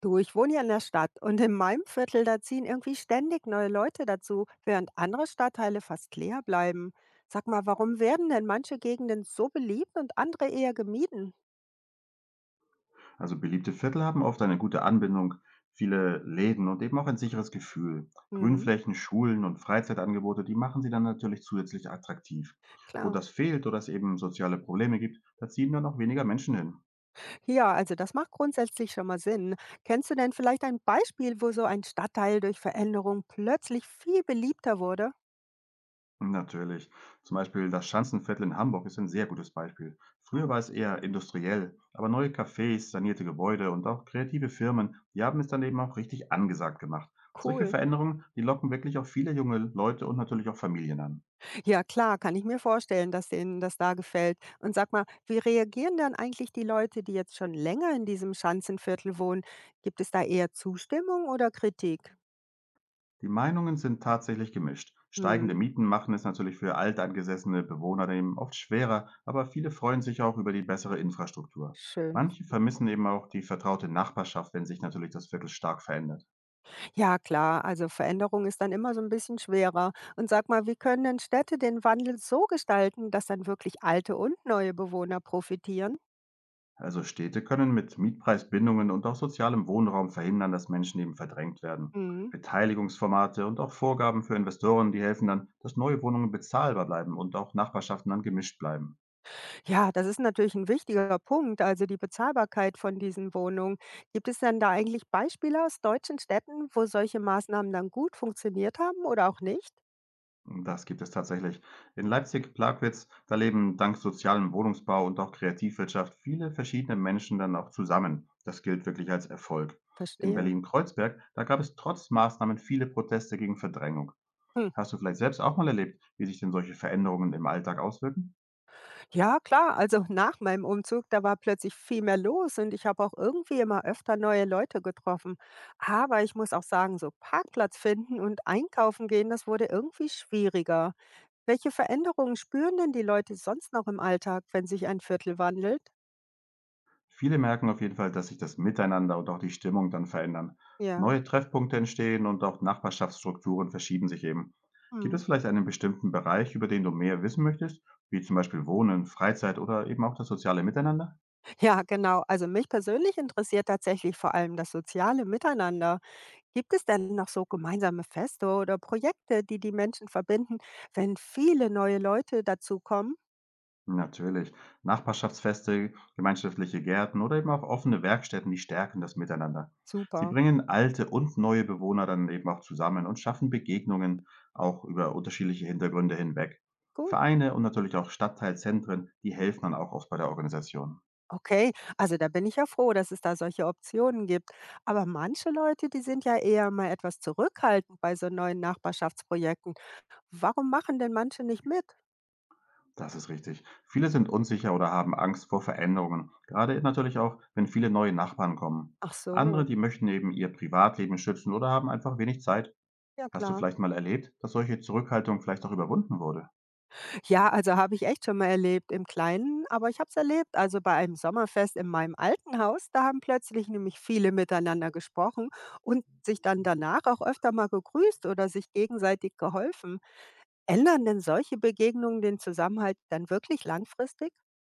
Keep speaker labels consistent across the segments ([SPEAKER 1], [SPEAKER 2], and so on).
[SPEAKER 1] Du, ich wohne ja in der Stadt und in meinem Viertel, da ziehen irgendwie ständig neue Leute dazu, während andere Stadtteile fast leer bleiben. Sag mal, warum werden denn manche Gegenden so beliebt und andere eher gemieden?
[SPEAKER 2] Also beliebte Viertel haben oft eine gute Anbindung, viele Läden und eben auch ein sicheres Gefühl.
[SPEAKER 1] Hm,
[SPEAKER 2] Grünflächen, Schulen und Freizeitangebote, die machen sie dann natürlich zusätzlich attraktiv. Wo
[SPEAKER 1] klar.
[SPEAKER 2] das fehlt oder es eben soziale Probleme gibt, da ziehen dann auch weniger Menschen hin.
[SPEAKER 1] Ja, also das macht grundsätzlich schon mal Sinn. Kennst du denn vielleicht ein Beispiel, wo so ein Stadtteil durch Veränderung plötzlich viel beliebter wurde?
[SPEAKER 2] Natürlich. Zum Beispiel das Schanzenviertel in Hamburg ist ein sehr gutes Beispiel. Früher
[SPEAKER 1] Hm,
[SPEAKER 2] war es eher industriell, aber neue Cafés, sanierte Gebäude und auch kreative Firmen, die haben es dann eben auch richtig angesagt gemacht. Solche
[SPEAKER 1] cool.
[SPEAKER 2] Veränderungen, die locken wirklich auch viele junge Leute und natürlich auch Familien an.
[SPEAKER 1] Ja klar, kann ich mir vorstellen, dass denen das da gefällt. Und sag mal, wie reagieren dann eigentlich die Leute, die jetzt schon länger in diesem Schanzenviertel wohnen? Gibt es da eher Zustimmung oder Kritik?
[SPEAKER 2] Die Meinungen sind tatsächlich gemischt. Steigende
[SPEAKER 1] Mhm,
[SPEAKER 2] Mieten machen es natürlich für alteingesessene Bewohner eben oft schwerer, aber viele freuen sich auch über die bessere Infrastruktur.
[SPEAKER 1] schön.
[SPEAKER 2] Manche vermissen eben auch die vertraute Nachbarschaft, wenn sich natürlich das Viertel stark verändert.
[SPEAKER 1] Ja klar, also Veränderung ist dann immer so ein bisschen schwerer. Und sag mal, wie können denn Städte den Wandel so gestalten, dass dann wirklich alte und neue Bewohner profitieren?
[SPEAKER 2] Also Städte können mit Mietpreisbindungen und auch sozialem Wohnraum verhindern, dass Menschen eben verdrängt werden.
[SPEAKER 1] Mhm.
[SPEAKER 2] Beteiligungsformate und auch Vorgaben für Investoren, die helfen dann, dass neue Wohnungen bezahlbar bleiben und auch Nachbarschaften dann gemischt bleiben.
[SPEAKER 1] Ja, das ist natürlich ein wichtiger Punkt, also die Bezahlbarkeit von diesen Wohnungen. Gibt es denn da eigentlich Beispiele aus deutschen Städten, wo solche Maßnahmen dann gut funktioniert haben oder auch nicht?
[SPEAKER 2] Das gibt es tatsächlich. In Leipzig-Plagwitz, da leben dank sozialem Wohnungsbau und auch Kreativwirtschaft viele verschiedene Menschen dann auch zusammen. Das gilt wirklich als Erfolg. In
[SPEAKER 1] Verstehe.
[SPEAKER 2] Berlin-Kreuzberg, da gab es trotz Maßnahmen viele Proteste gegen Verdrängung.
[SPEAKER 1] Hm.
[SPEAKER 2] Hast du vielleicht selbst auch mal erlebt, wie sich denn solche Veränderungen im Alltag auswirken?
[SPEAKER 1] Ja, klar, also nach meinem Umzug, da war plötzlich viel mehr los und ich habe auch irgendwie immer öfter neue Leute getroffen. Aber ich muss auch sagen, so Parkplatz finden und einkaufen gehen, das wurde irgendwie schwieriger. Welche Veränderungen spüren denn die Leute sonst noch im Alltag, wenn sich ein Viertel wandelt?
[SPEAKER 2] Viele merken auf jeden Fall, dass sich das Miteinander und auch die Stimmung dann verändern.
[SPEAKER 1] Ja.
[SPEAKER 2] Neue Treffpunkte entstehen und auch Nachbarschaftsstrukturen verschieben sich eben. Gibt
[SPEAKER 1] Mhm.
[SPEAKER 2] es vielleicht einen bestimmten Bereich, über den du mehr wissen möchtest, wie zum Beispiel Wohnen, Freizeit oder eben auch das soziale Miteinander?
[SPEAKER 1] Ja, genau. Also mich persönlich interessiert tatsächlich vor allem das soziale Miteinander. Gibt es denn noch so gemeinsame Feste oder Projekte, die die Menschen verbinden, wenn viele neue Leute dazukommen?
[SPEAKER 2] Natürlich. Nachbarschaftsfeste, gemeinschaftliche Gärten oder eben auch offene Werkstätten, die stärken das Miteinander. Sie
[SPEAKER 1] Super,
[SPEAKER 2] bringen alte und neue Bewohner dann eben auch zusammen und schaffen Begegnungen auch über unterschiedliche Hintergründe hinweg.
[SPEAKER 1] gut.
[SPEAKER 2] Vereine und natürlich auch Stadtteilzentren, die helfen dann auch oft bei der Organisation.
[SPEAKER 1] Okay, also da bin ich ja froh, dass es da solche Optionen gibt. Aber manche Leute, die sind ja eher mal etwas zurückhaltend bei so neuen Nachbarschaftsprojekten. Warum machen denn manche nicht mit?
[SPEAKER 2] Das ist richtig. Viele sind unsicher oder haben Angst vor Veränderungen, gerade natürlich auch, wenn viele neue Nachbarn kommen.
[SPEAKER 1] Ach
[SPEAKER 2] Andere,
[SPEAKER 1] so,
[SPEAKER 2] die möchten eben ihr Privatleben schützen oder haben einfach wenig Zeit.
[SPEAKER 1] ja
[SPEAKER 2] Hast du
[SPEAKER 1] klar.
[SPEAKER 2] vielleicht mal erlebt, dass solche Zurückhaltung vielleicht auch überwunden wurde?
[SPEAKER 1] Ja, also habe ich echt schon mal erlebt im Kleinen, aber ich habe es erlebt. Also bei einem Sommerfest in meinem alten Haus, da haben plötzlich nämlich viele miteinander gesprochen und sich dann danach auch öfter mal gegrüßt oder sich gegenseitig geholfen. Ändern denn solche Begegnungen den Zusammenhalt dann wirklich langfristig?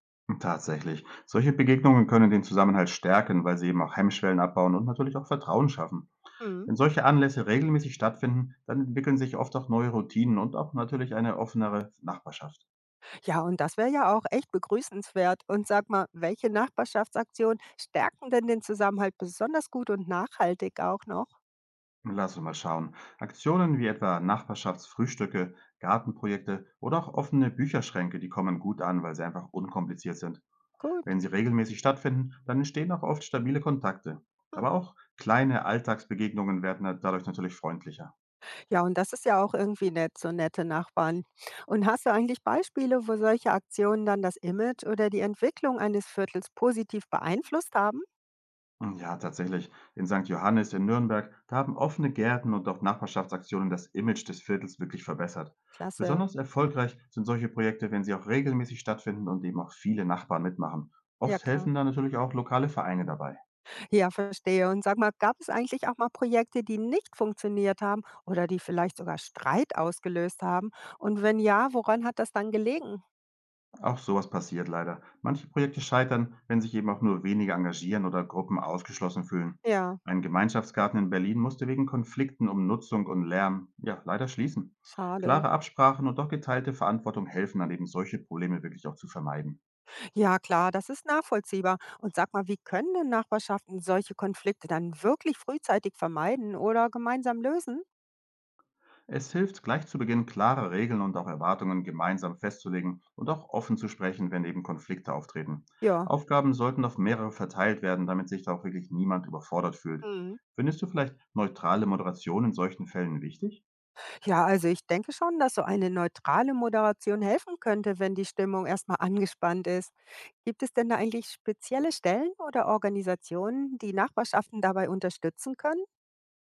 [SPEAKER 2] Tatsächlich. Solche Begegnungen können den Zusammenhalt stärken, weil sie eben auch Hemmschwellen abbauen und natürlich auch Vertrauen schaffen.
[SPEAKER 1] Hm.
[SPEAKER 2] Wenn solche Anlässe regelmäßig stattfinden, dann entwickeln sich oft auch neue Routinen und auch natürlich eine offenere Nachbarschaft.
[SPEAKER 1] Ja, und das wäre ja auch echt begrüßenswert. Und sag mal, welche Nachbarschaftsaktionen stärken denn den Zusammenhalt besonders gut und nachhaltig auch noch?
[SPEAKER 2] Lass uns mal schauen. Aktionen wie etwa Nachbarschaftsfrühstücke, Gartenprojekte oder auch offene Bücherschränke, die kommen gut an, weil sie einfach unkompliziert sind.
[SPEAKER 1] Gut.
[SPEAKER 2] Wenn sie regelmäßig stattfinden, dann entstehen auch oft stabile Kontakte.
[SPEAKER 1] Hm.
[SPEAKER 2] Aber auch kleine Alltagsbegegnungen werden dadurch natürlich freundlicher.
[SPEAKER 1] Ja, und das ist ja auch irgendwie nett, so nette Nachbarn. Und hast du eigentlich Beispiele, wo solche Aktionen dann das Image oder die Entwicklung eines Viertels positiv beeinflusst haben?
[SPEAKER 2] Ja, tatsächlich. In St. Johannes in Nürnberg, da haben offene Gärten und auch Nachbarschaftsaktionen das Image des Viertels wirklich verbessert.
[SPEAKER 1] Klasse.
[SPEAKER 2] Besonders erfolgreich sind solche Projekte, wenn sie auch regelmäßig stattfinden und eben auch viele Nachbarn mitmachen.
[SPEAKER 1] Ja,
[SPEAKER 2] Oft
[SPEAKER 1] klar.
[SPEAKER 2] helfen da natürlich auch lokale Vereine dabei.
[SPEAKER 1] Ja, verstehe. Und sag mal, gab es eigentlich auch mal Projekte, die nicht funktioniert haben oder die vielleicht sogar Streit ausgelöst haben? Und wenn ja, woran hat das dann gelegen?
[SPEAKER 2] Auch sowas passiert leider. Manche Projekte scheitern, wenn sich eben auch nur wenige engagieren oder Gruppen ausgeschlossen fühlen.
[SPEAKER 1] Ja,
[SPEAKER 2] Ein Gemeinschaftsgarten in Berlin musste wegen Konflikten um Nutzung und Lärm ja leider schließen.
[SPEAKER 1] schade.
[SPEAKER 2] Klare Absprachen und doch geteilte Verantwortung helfen dann eben solche Probleme wirklich auch zu vermeiden.
[SPEAKER 1] Ja, klar, das ist nachvollziehbar. Und sag mal, wie können denn Nachbarschaften solche Konflikte dann wirklich frühzeitig vermeiden oder gemeinsam lösen?
[SPEAKER 2] Es hilft, gleich zu Beginn klare Regeln und auch Erwartungen gemeinsam festzulegen und auch offen zu sprechen, wenn eben Konflikte auftreten.
[SPEAKER 1] Ja.
[SPEAKER 2] Aufgaben sollten auf mehrere verteilt werden, damit sich da auch wirklich niemand überfordert fühlt.
[SPEAKER 1] Mhm.
[SPEAKER 2] Findest du vielleicht neutrale Moderation in solchen Fällen wichtig?
[SPEAKER 1] Ja, also ich denke schon, dass so eine neutrale Moderation helfen könnte, wenn die Stimmung erstmal angespannt ist. Gibt es denn da eigentlich spezielle Stellen oder Organisationen, die Nachbarschaften dabei unterstützen können?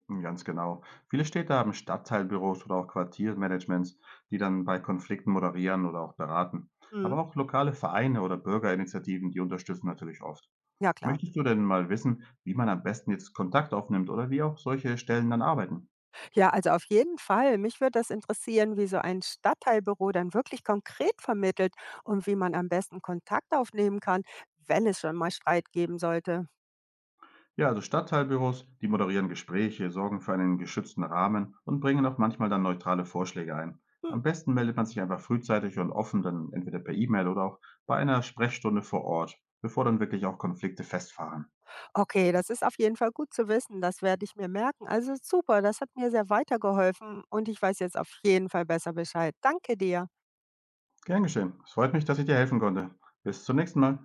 [SPEAKER 2] Hm, ganz genau. Viele Städte haben Stadtteilbüros oder auch Quartiermanagements, die dann bei Konflikten moderieren oder auch beraten.
[SPEAKER 1] Mhm.
[SPEAKER 2] Aber auch lokale Vereine oder Bürgerinitiativen, die unterstützen natürlich oft.
[SPEAKER 1] Ja, klar.
[SPEAKER 2] Möchtest du denn mal wissen, wie man am besten jetzt Kontakt aufnimmt oder wie auch solche Stellen dann arbeiten?
[SPEAKER 1] Ja, also auf jeden Fall. Mich würde das interessieren, wie so ein Stadtteilbüro dann wirklich konkret vermittelt und wie man am besten Kontakt aufnehmen kann, wenn es schon mal Streit geben sollte.
[SPEAKER 2] Ja, also Stadtteilbüros, die moderieren Gespräche, sorgen für einen geschützten Rahmen und bringen auch manchmal dann neutrale Vorschläge ein. Am besten meldet man sich einfach frühzeitig und offen, dann entweder per E-Mail oder auch bei einer Sprechstunde vor Ort, bevor dann wirklich auch Konflikte festfahren.
[SPEAKER 1] Okay, das ist auf jeden Fall gut zu wissen. Das werde ich mir merken. Also super, das hat mir sehr weitergeholfen und ich weiß jetzt auf jeden Fall besser Bescheid. Danke dir.
[SPEAKER 2] Gern geschehen. Es freut mich, dass ich dir helfen konnte. Bis zum nächsten Mal.